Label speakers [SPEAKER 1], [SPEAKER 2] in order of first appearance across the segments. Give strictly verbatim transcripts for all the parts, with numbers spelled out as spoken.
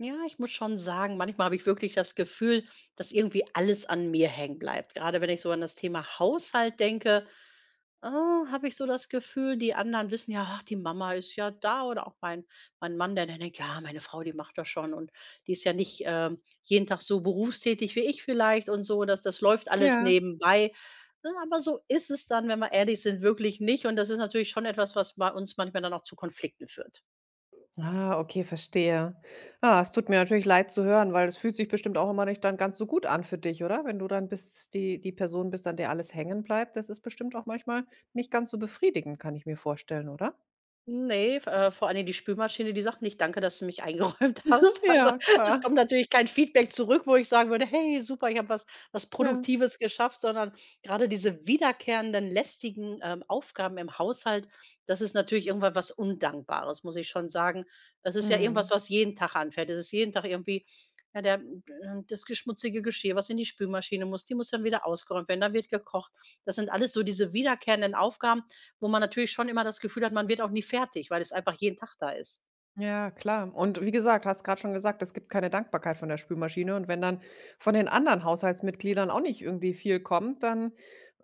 [SPEAKER 1] Ja, ich muss schon sagen, manchmal habe ich wirklich das Gefühl, dass irgendwie alles an mir hängen bleibt. Gerade wenn ich so an das Thema Haushalt denke, äh, habe ich so das Gefühl, die anderen wissen ja, ach, die Mama ist ja da oder auch mein, mein Mann, der dann denkt, ja, meine Frau, die macht das schon und die ist ja nicht ähm, jeden Tag so berufstätig wie ich vielleicht und so, dass das läuft alles
[SPEAKER 2] Ja.
[SPEAKER 1] nebenbei. Ne, aber so ist es dann, wenn wir ehrlich sind, wirklich nicht. Und das ist natürlich schon etwas, was bei uns manchmal dann auch zu Konflikten führt.
[SPEAKER 2] Ah, okay, verstehe. Ah, es tut mir natürlich leid zu hören, weil es fühlt sich bestimmt auch immer nicht dann ganz so gut an für dich, oder? Wenn du dann bist die die Person bist, an der alles hängen bleibt, das ist bestimmt auch manchmal nicht ganz so befriedigend, kann ich mir vorstellen, oder?
[SPEAKER 1] Ne, f äh, vor allen Dingen die Spülmaschine, die sagt nicht: „Danke, dass du mich eingeräumt hast.“ Also,
[SPEAKER 2] Ja,
[SPEAKER 1] es
[SPEAKER 2] klar.
[SPEAKER 1] kommt natürlich kein Feedback zurück, wo ich sagen würde: „Hey, super, ich habe was was
[SPEAKER 2] Ja.
[SPEAKER 1] Produktives geschafft“, sondern grade diese wiederkehrenden lästigen, ähm, Aufgaben im Haushalt, das ist natürlich irgendwann was Undankbares, muss ich schon sagen. Es ist ja
[SPEAKER 2] Mhm.
[SPEAKER 1] irgendwas, was jeden Tag anfällt. Es ist jeden Tag irgendwie, ja, der äh, das geschmutzige Geschirr, was in die Spülmaschine muss, die muss dann wieder ausgeräumt werden, dann wird gekocht. Das sind alles so diese wiederkehrenden Aufgaben, wo man natürlich schon immer das Gefühl hat, man wird auch nie fertig, weil es einfach jeden Tag da ist.
[SPEAKER 2] Ja, klar. Und wie gesagt, hast gerade schon gesagt, es gibt keine Dankbarkeit von der Spülmaschine, und wenn dann von den anderen Haushaltsmitgliedern auch nicht irgendwie viel kommt, dann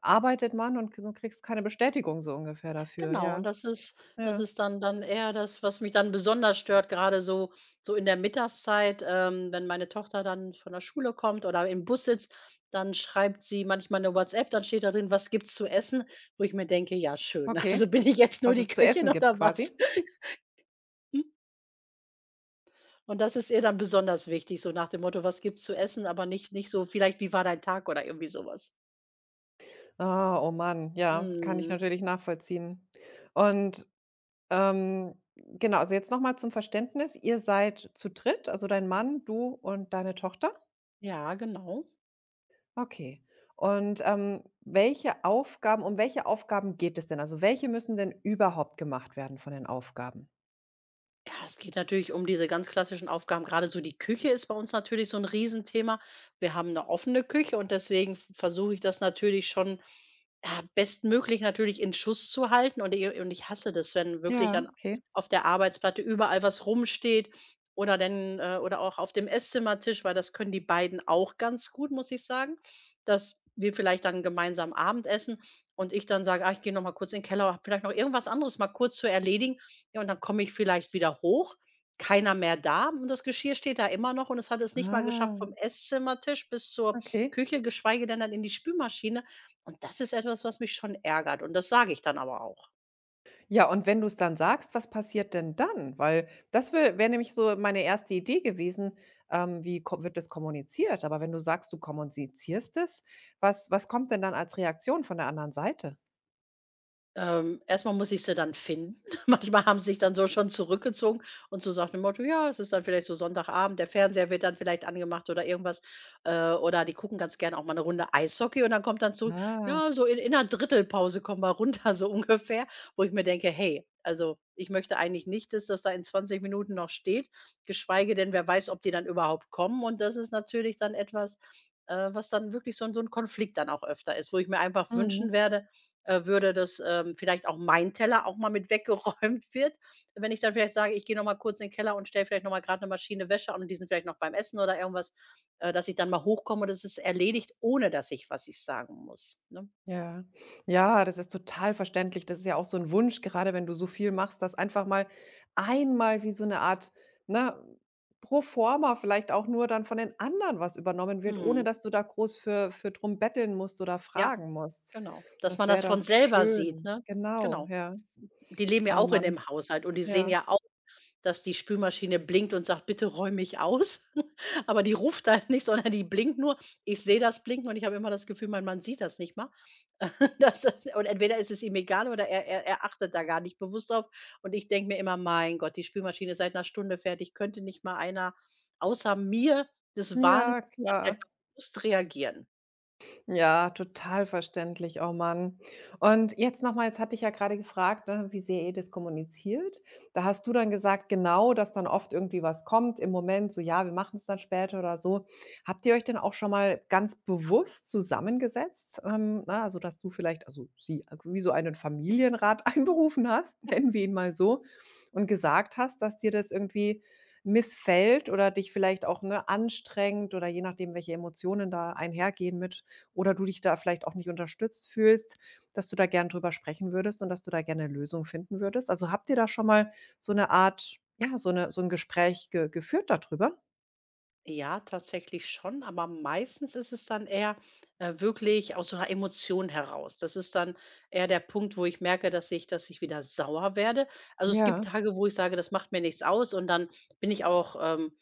[SPEAKER 2] arbeitet man und du kriegst keine Bestätigung so ungefähr dafür,
[SPEAKER 1] Genau, und
[SPEAKER 2] ja.
[SPEAKER 1] das ist das
[SPEAKER 2] Ja.
[SPEAKER 1] ist dann dann eher das, was mich dann besonders stört, gerade so so in der Mittagszeit, ähm, wenn meine Tochter dann von der Schule kommt oder im Bus sitzt, dann schreibt sie manchmal eine WhatsApp, dann steht da drin: „Was gibt's zu essen?“ Wo ich mir denke: „Ja, schön.
[SPEAKER 2] Okay.
[SPEAKER 1] Also, bin ich jetzt nur
[SPEAKER 2] Was
[SPEAKER 1] die
[SPEAKER 2] es zu
[SPEAKER 1] Köchin
[SPEAKER 2] essen gibt
[SPEAKER 1] oder was?“
[SPEAKER 2] quasi?
[SPEAKER 1] Hm? Und das ist ihr dann besonders wichtig, so nach dem Motto: „Was gibt's zu essen?“, aber nicht nicht so vielleicht: „Wie war dein Tag?“ oder irgendwie sowas. Was.
[SPEAKER 2] Ah, oh Mann, ja, kann ich
[SPEAKER 1] Mhm.
[SPEAKER 2] natürlich nachvollziehen. Und, ähm, genau, also jetzt noch mal zum Verständnis. Ihr seid zu dritt, also dein Mann, du und deine Tochter?
[SPEAKER 1] Ja, genau.
[SPEAKER 2] Okay. Und, ähm, welche Aufgaben um welche Aufgaben geht es denn? Also, welche müssen denn überhaupt gemacht werden von den Aufgaben?
[SPEAKER 1] Ja, es geht natürlich um diese ganz klassischen Aufgaben. Gerade so die Küche ist bei uns natürlich so ein Riesenthema. Wir haben eine offene Küche und deswegen v versuche ich das natürlich schon, ja, bestmöglich natürlich in Schuss zu halten. Und i und ich hasse das, wenn wirklich
[SPEAKER 2] Ja,
[SPEAKER 1] dann
[SPEAKER 2] okay.
[SPEAKER 1] auf der Arbeitsplatte überall was rumsteht oder denn äh, oder auch auf dem Esszimmertisch, weil das können die beiden auch ganz gut, muss ich sagen, dass wir vielleicht dann gemeinsam Abendessen und ich dann sage: „Ah, ich gehe noch mal kurz in 'n Keller, habe vielleicht noch irgendwas anderes mal kurz zu erledigen.“ Ja, und dann komme ich vielleicht wieder hoch, keiner mehr da und das Geschirr steht da immer noch und es hat es nicht mal
[SPEAKER 2] Ah,
[SPEAKER 1] geschafft vom Esszimmertisch bis zur
[SPEAKER 2] okay.
[SPEAKER 1] Küche, geschweige denn dann in die Spülmaschine. Und das ist etwas, was mich schon ärgert und das sage ich dann aber auch.
[SPEAKER 2] Ja, und wenn du es dann sagst, was passiert denn dann? Weil das wär wäre wär nämlich so meine erste Idee gewesen, ähm, wie ko wird das kommuniziert? Aber wenn du sagst, du kommunizierst es, was was kommt denn dann als Reaktion von der anderen Seite?
[SPEAKER 1] Ähm, erst muss ich sie dann finden. Manchmal haben sie sich dann so schon zurückgezogen und so sagt dem Motto: „Ja, es ist dann vielleicht so Sonntagabend, der Fernseher wird dann vielleicht angemacht oder irgendwas.“ Äh, oder die gucken ganz gerne auch mal eine Runde Eishockey und dann kommt dann zurück:
[SPEAKER 2] Ah.
[SPEAKER 1] „Ja, so in in 'ner Drittelpause kommen wir runter“, so ungefähr, wo ich mir denke: „Hey, also, ich möchte eigentlich nicht, dass das da in zwanzig Minuten noch steht, geschweige denn, wer weiß, ob die dann überhaupt kommen.“ Und das ist natürlich dann etwas, äh, was dann wirklich so ein so 'n Konflikt dann auch öfter ist, wo ich mir einfach
[SPEAKER 2] Mhm.
[SPEAKER 1] wünschen werde, äh, würde, das ähm, vielleicht auch mein Teller auch mal mit weggeräumt wird. Wenn ich dann vielleicht sage: „Ich gehe noch mal kurz in den Keller und stelle vielleicht noch mal gerade eine Maschine Wäsche an und die sind vielleicht noch beim Essen oder irgendwas“, äh, dass ich dann mal hochkomme und es ist erledigt, ohne dass ich was ich sagen muss, ne?
[SPEAKER 2] Ja. Ja, das ist total verständlich. Das ist ja auch so ein Wunsch, gerade wenn du so viel machst, dass einfach mal einmal wie so eine Art, ne, pro forma vielleicht auch nur dann von den anderen was übernommen wird, ohne
[SPEAKER 1] Mhm.
[SPEAKER 2] dass du da groß für für drum betteln musst oder
[SPEAKER 1] Ja.
[SPEAKER 2] fragen musst.
[SPEAKER 1] Genau, dass
[SPEAKER 2] Das
[SPEAKER 1] man das
[SPEAKER 2] wäre doch
[SPEAKER 1] von selber sieht,
[SPEAKER 2] schön.
[SPEAKER 1] ne?
[SPEAKER 2] Genau,
[SPEAKER 1] Genau.
[SPEAKER 2] ja.
[SPEAKER 1] Die leben ja
[SPEAKER 2] Oh
[SPEAKER 1] auch in
[SPEAKER 2] Mann.
[SPEAKER 1] dem Haushalt und die sehen
[SPEAKER 2] Ja.
[SPEAKER 1] ja au dass die Spülmaschine blinkt und sagt: „Bitte räum mich aus.“ Aber die ruft halt nicht, sondern die blinkt nur. Ich sehe das Blinken und ich habe immer das Gefühl, mein Mann sieht das nicht mal. Das und entweder ist es ihm egal oder er er er achtet da gar nicht bewusst drauf. Und ich denke mir immer: „Mein Gott, die Spülmaschine ist seit einer Stunde fertig. Könnte nicht mal einer außer mir des Wahnsinns
[SPEAKER 2] Ja, klar.
[SPEAKER 1] bewusst reagieren?“
[SPEAKER 2] Ja, total verständlich. Oh Mann. Und jetzt noch mal, jetzt hatte ich ja gerade gefragt, ne, wie sehr ihr das kommuniziert. Da hast du dann gesagt, genau, dass dann oft irgendwie was kommt im Moment, so ja, wir machen es dann später oder so. Habt ihr euch denn auch schon mal ganz bewusst zusammengesetzt? Ähm, na, also, dass du vielleicht, also sie, wie so einen Familienrat einberufen hast, nennen wir ihn mal so, und gesagt hast, dass dir das irgendwie missfällt oder dich vielleicht auch, ne, anstrengt oder je nachdem, welche Emotionen da einhergehen mit, oder du dich da vielleicht auch nicht unterstützt fühlst, dass du da gern drüber sprechen würdest und dass du da gerne 'ne Lösung finden würdest. Also, habt ihr da schon mal so eine Art, ja, so eine so ein Gespräch ge geführt darüber?
[SPEAKER 1] Ja, tatsächlich schon, aber meistens ist es dann eher, äh, wirklich aus so 'ner Emotion heraus. Das ist dann eher der Punkt, wo ich merke, dass ich dass ich wieder sauer werde. Also, es
[SPEAKER 2] Ja.
[SPEAKER 1] gibt Tage, wo ich sage: „Das macht mir nichts aus“ und dann bin ich auch, ähm,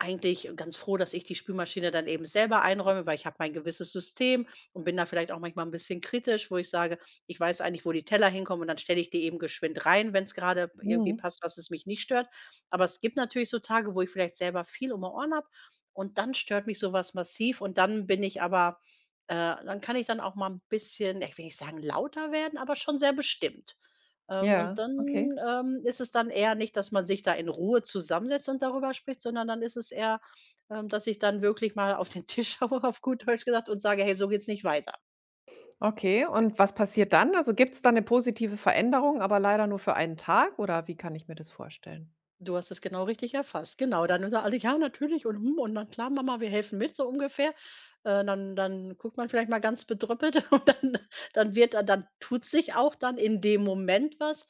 [SPEAKER 1] eigentlich ganz froh, dass ich die Spülmaschine dann eben selber einräume, weil ich habe mein gewisses System und bin da vielleicht auch manchmal ein bisschen kritisch, wo ich sage: „Ich weiß eigentlich, wo die Teller hinkommen und dann stelle ich die eben geschwind rein, wenn es gerade irgendwie
[SPEAKER 2] Mhm.
[SPEAKER 1] passt, was es mich nicht stört.“ Aber es gibt natürlich so Tage, wo ich vielleicht selber viel um die Ohren habe und dann stört mich sowas massiv und dann bin ich aber äh, dann kann ich dann auch mal ein bisschen, ja, ich will nicht sagen lauter werden, aber schon sehr bestimmt. Ähm, und
[SPEAKER 2] Ja,
[SPEAKER 1] dann,
[SPEAKER 2] okay.
[SPEAKER 1] ähm, ist es dann eher nicht, dass man sich da in Ruhe zusammensetzt und darüber spricht, sondern dann ist es eher, ähm, dass ich dann wirklich mal auf den Tisch schaue, auf gut Deutsch gesagt, und sage: „Hey, so geht's nicht weiter.“
[SPEAKER 2] Okay, und was passiert dann? Also, gibt es da eine positive Veränderung, aber leider nur für einen Tag oder wie kann ich mir das vorstellen?
[SPEAKER 1] Du hast es genau richtig erfasst. Genau, dann sagen alle: „Ja, natürlich und, hm, und dann klar, Mama, wir helfen mit“, so ungefähr. Äh, dann dann guckt man vielleicht mal ganz bedröppelt und dann dann wird er, dann tut sich auch dann in dem Moment was,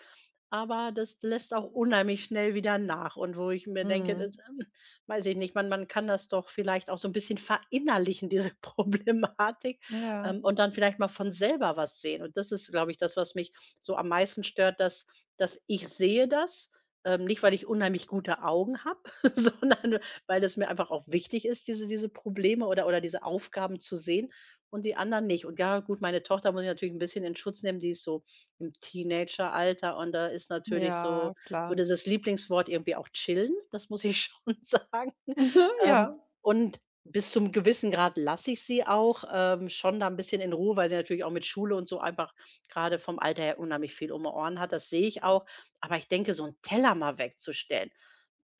[SPEAKER 1] aber das lässt auch unheimlich schnell wieder nach. Und wo ich mir denke,
[SPEAKER 2] Mhm.
[SPEAKER 1] das, ähm, weiß ich nicht, man man kann das doch vielleicht auch so ein bisschen verinnerlichen, diese Problematik,
[SPEAKER 2] Ja,
[SPEAKER 1] ähm, und dann vielleicht mal von selber was sehen. Und das ist, glaube ich, das, was mich so am meisten stört, dass dass ich sehe das ähm, nicht, weil ich unheimlich gute Augen habe, sondern weil es mir einfach auch wichtig ist, diese diese Probleme oder oder diese Aufgaben zu sehen und die anderen nicht. Und ja, gut, meine Tochter muss ich natürlich ein bisschen in Schutz nehmen, die ist so im Teenageralter und da ist natürlich so
[SPEAKER 2] ja,
[SPEAKER 1] so
[SPEAKER 2] klar.
[SPEAKER 1] dieses Lieblingswort irgendwie auch chillen, das muss ich schon sagen. Ähm,
[SPEAKER 2] Ja.
[SPEAKER 1] und bis zum gewissen Grad lasse ich sie auch, ähm, schon da ein bisschen in Ruhe, weil sie natürlich auch mit Schule und so einfach gerade vom Alter her unheimlich viel um die Ohren hat. Das sehe ich auch. Aber ich denke, so einen Teller mal wegzustellen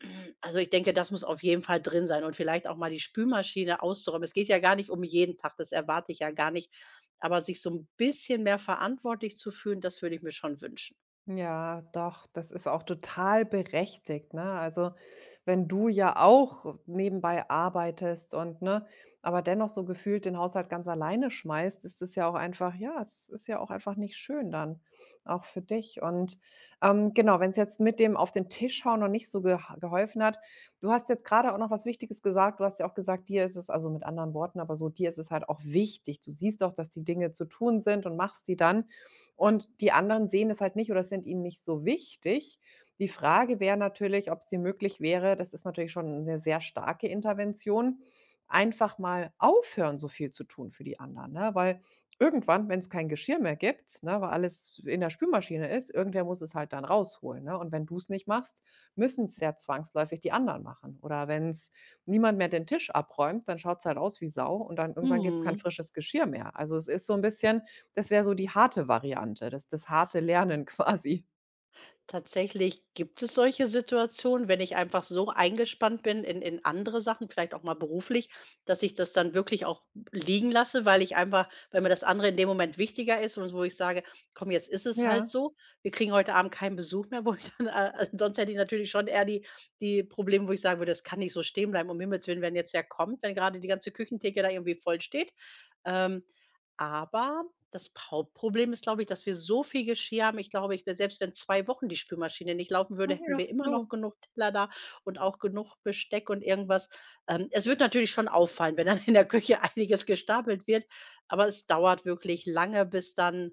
[SPEAKER 1] also, ich denke, das muss auf jeden Fall drin sein und vielleicht auch mal die Spülmaschine auszuräumen. Es geht ja gar nicht um jeden Tag, das erwarte ich ja gar nicht, aber sich so ein bisschen mehr verantwortlich zu fühlen, das würde ich mir schon wünschen.
[SPEAKER 2] Ja, doch, das ist auch total berechtigt, ne? Also, wenn du ja auch nebenbei arbeitest und, ne, aber dennoch so gefühlt den Haushalt ganz alleine schmeißt, ist es ja auch einfach, ja, es ist ja auch einfach nicht schön dann, auch für dich. Und, ähm, genau, wenn es jetzt mit dem auf den Tisch hauen noch nicht so geha geholfen hat, du hast jetzt gerade auch noch was Wichtiges gesagt. Du hast ja auch gesagt, dir ist es, also, mit anderen Worten, aber so, dir ist es halt auch wichtig. Du siehst auch, dass die Dinge zu tun sind, und machst die dann. Und die anderen sehen es halt nicht oder sind ihnen nicht so wichtig. Die Frage wäre natürlich, ob es dir möglich wäre, das ist natürlich schon eine sehr starke Intervention, einfach mal aufhören, so viel zu tun für die anderen, ne? Weil irgendwann, wenn es kein Geschirr mehr gibt, ne, weil alles in der Spülmaschine ist, irgendwer muss es halt dann rausholen, ne? Und wenn du es nicht machst, müssen es ja zwangsläufig die anderen machen. Oder wenn es niemand mehr den Tisch abräumt, dann schaut's halt aus wie Sau und dann irgendwann gibt's kein
[SPEAKER 1] Mhm.
[SPEAKER 2] frisches Geschirr mehr. Also, es ist so ein bisschen, das wäre so die harte Variante, das das harte Lernen quasi.
[SPEAKER 1] Tatsächlich gibt es solche Situationen, wenn ich einfach so eingespannt bin in in andere Sachen, vielleicht auch mal beruflich, dass ich das dann wirklich auch liegen lasse, weil ich einfach weil mir das andere in dem Moment wichtiger ist und wo ich sage: „Komm, jetzt ist es halt
[SPEAKER 2] Ja.
[SPEAKER 1] so. Wir kriegen heute Abend keinen Besuch mehr“, wo ich dann äh, äh, sonst hätte ich natürlich schon eher die die Probleme, wo ich sagen würde: „Das kann nicht so stehen bleiben, um Himmels willen, wenn jetzt der kommt, wenn gerade die ganze Küchentheke da irgendwie voll steht.“ Ähm, aber das Hauptproblem ist, glaube ich, dass wir so viel Geschirr haben. Ich glaube, ich wäre selbst wenn zwei Wochen die Spülmaschine nicht laufen würde,
[SPEAKER 2] Ach
[SPEAKER 1] hätten wir immer noch
[SPEAKER 2] so.
[SPEAKER 1] genug Teller da und auch genug Besteck und irgendwas. Ähm, es wird natürlich schon auffallen, wenn dann in der Küche einiges gestapelt wird, aber es dauert wirklich lange, bis dann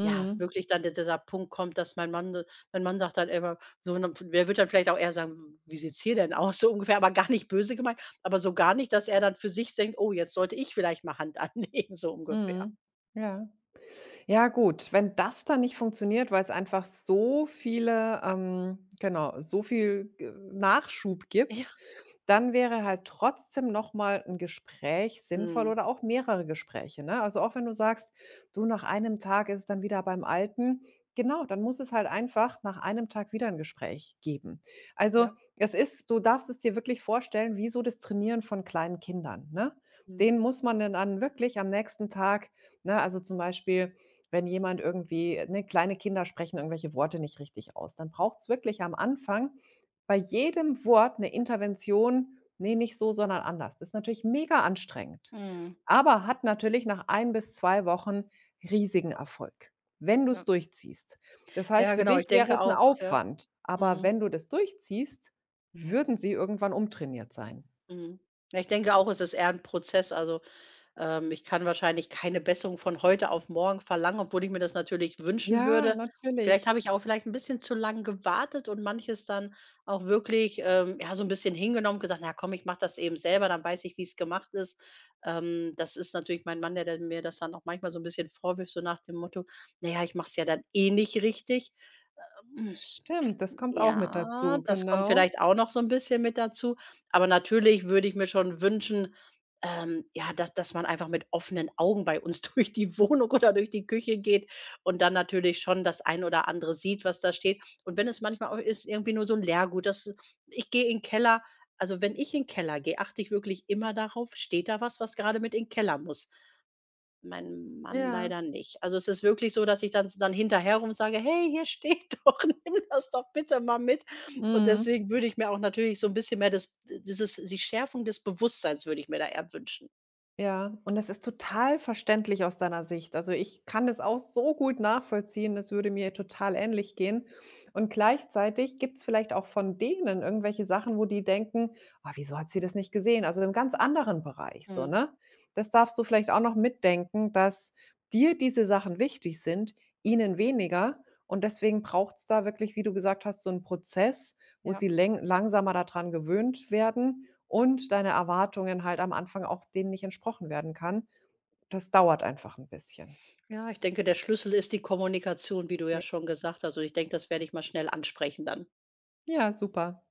[SPEAKER 1] ja, wirklich dann dieser Punkt kommt, dass mein Mann mein Mann sagt dann immer so, ne der wird dann vielleicht auch eher sagen: „Wie sieht's hier denn aus?“ So ungefähr, aber gar nicht böse gemeint, aber so gar nicht, dass er dann für sich denkt: „Oh, jetzt sollte ich vielleicht mal Hand anlegen“, so ungefähr.
[SPEAKER 2] Mhm. Ja. Ja gut, wenn das dann nicht funktioniert, weil es einfach so viele, ähm, genau, so viel g Nachschub
[SPEAKER 1] Ja.
[SPEAKER 2] gibt, dann wäre halt trotzdem noch mal 'n Gespräch sinnvoll
[SPEAKER 1] Mhm.
[SPEAKER 2] oder auch mehrere Gespräche, ne? Also, auch wenn du sagst: „Du, nach einem Tag ist es dann wieder beim Alten.“ Genau, dann muss es halt einfach nach einem Tag wieder ein Gespräch geben. Also,
[SPEAKER 1] Ja.
[SPEAKER 2] es ist, du darfst es dir wirklich vorstellen wie so das Trainieren von kleinen Kindern, ne?
[SPEAKER 1] Mhm.
[SPEAKER 2] Denen muss man denn dann wirklich am nächsten Tag, ne, also, zum Beispiel wenn jemand irgendwie, ne, kleine Kinder sprechen irgendwelche Worte nicht richtig aus, dann braucht es wirklich am Anfang bei jedem Wort eine Intervention: „Ne, nicht so, sondern anders.“ Das ist natürlich mega anstrengend,
[SPEAKER 1] Mhm.
[SPEAKER 2] aber hat natürlich nach ein bis zwei Wochen riesigen Erfolg, wenn du es
[SPEAKER 1] Ja.
[SPEAKER 2] durchziehst. Das heißt,
[SPEAKER 1] Ja,
[SPEAKER 2] für
[SPEAKER 1] genau,
[SPEAKER 2] dich
[SPEAKER 1] ich
[SPEAKER 2] wäre
[SPEAKER 1] denke
[SPEAKER 2] es ein
[SPEAKER 1] auch, ja.
[SPEAKER 2] Aufwand, aber
[SPEAKER 1] Mhm.
[SPEAKER 2] wenn du das durchziehst, würden sie irgendwann umtrainiert sein.
[SPEAKER 1] Mhm. Ja, ich denke auch, es ist eher 'n Prozess. Also, ähm, ich kann wahrscheinlich keine Besserung von heute auf morgen verlangen, obwohl ich mir das natürlich wünschen
[SPEAKER 2] Ja,
[SPEAKER 1] würde. Vielleicht habe
[SPEAKER 2] natürlich.
[SPEAKER 1] ich auch vielleicht 'n bisschen zu lang gewartet und manches dann auch wirklich, ähm, ja, so 'n bisschen hingenommen, gesagt: „Na komm, ich mache das eben selber, dann weiß ich, wie's gemacht ist.“ Ähm, das ist natürlich mein Mann, der dann mir das dann auch manchmal so 'n bisschen vorwirft, so nach dem Motto: „Na ja, ich mache es ja dann eh nicht richtig.“
[SPEAKER 2] Stimmt, das kommt auch mit
[SPEAKER 1] Ja,
[SPEAKER 2] dazu,
[SPEAKER 1] das kommt
[SPEAKER 2] genau.
[SPEAKER 1] vielleicht auch noch so ein bisschen mit dazu. Aber natürlich würde ich mir schon wünschen, ähm, ja, dass dass man einfach mit offenen Augen bei uns durch die Wohnung oder durch die Küche geht und dann natürlich schon das ein oder andere sieht, was da steht. Und wenn es manchmal auch ist, irgendwie nur so 'n Leergut, das ich gehe in 'n Keller also, wenn ich in 'n Keller gehe, achte ich wirklich immer darauf, steht da was, was gerade mit in 'n Keller muss. Mein Mann
[SPEAKER 2] Ja.
[SPEAKER 1] leider nicht. Also, es ist wirklich so, dass ich dann s dann hinterherrum sage: „Hey, hier steht doch, nimm das doch bitte mal mit.“ Und
[SPEAKER 2] Mhm.
[SPEAKER 1] deswegen würde ich mir auch natürlich so ein bisschen mehr das dieses die Schärfung des Bewusstseins würde ich mir da eher wünschen.
[SPEAKER 2] Ja, und das ist total verständlich aus deiner Sicht. Also, ich kann das auch so gut nachvollziehen, das würde mir total ähnlich gehen. Und gleichzeitig gibt's vielleicht auch von denen irgendwelche Sachen, wo die denken: „Ah, wieso hat sie das nicht gesehen?“ Also, im ganz anderen Bereich so,
[SPEAKER 1] Mhm,
[SPEAKER 2] ne? Das darfst du vielleicht auch noch mitdenken, dass dir diese Sachen wichtig sind, ihnen weniger. Und deswegen braucht's da wirklich, wie du gesagt hast, so einen Prozess, wo
[SPEAKER 1] ja.
[SPEAKER 2] sie läng langsamer daran gewöhnt werden und deine Erwartungen halt am Anfang auch denen nicht entsprochen werden kann. Das dauert einfach ein bisschen.
[SPEAKER 1] Ja, ich denke, der Schlüssel ist die Kommunikation, wie du ja
[SPEAKER 2] Ja.
[SPEAKER 1] schon gesagt hast. Also ich denke, das werde ich mal schnell ansprechen dann.
[SPEAKER 2] Ja, super.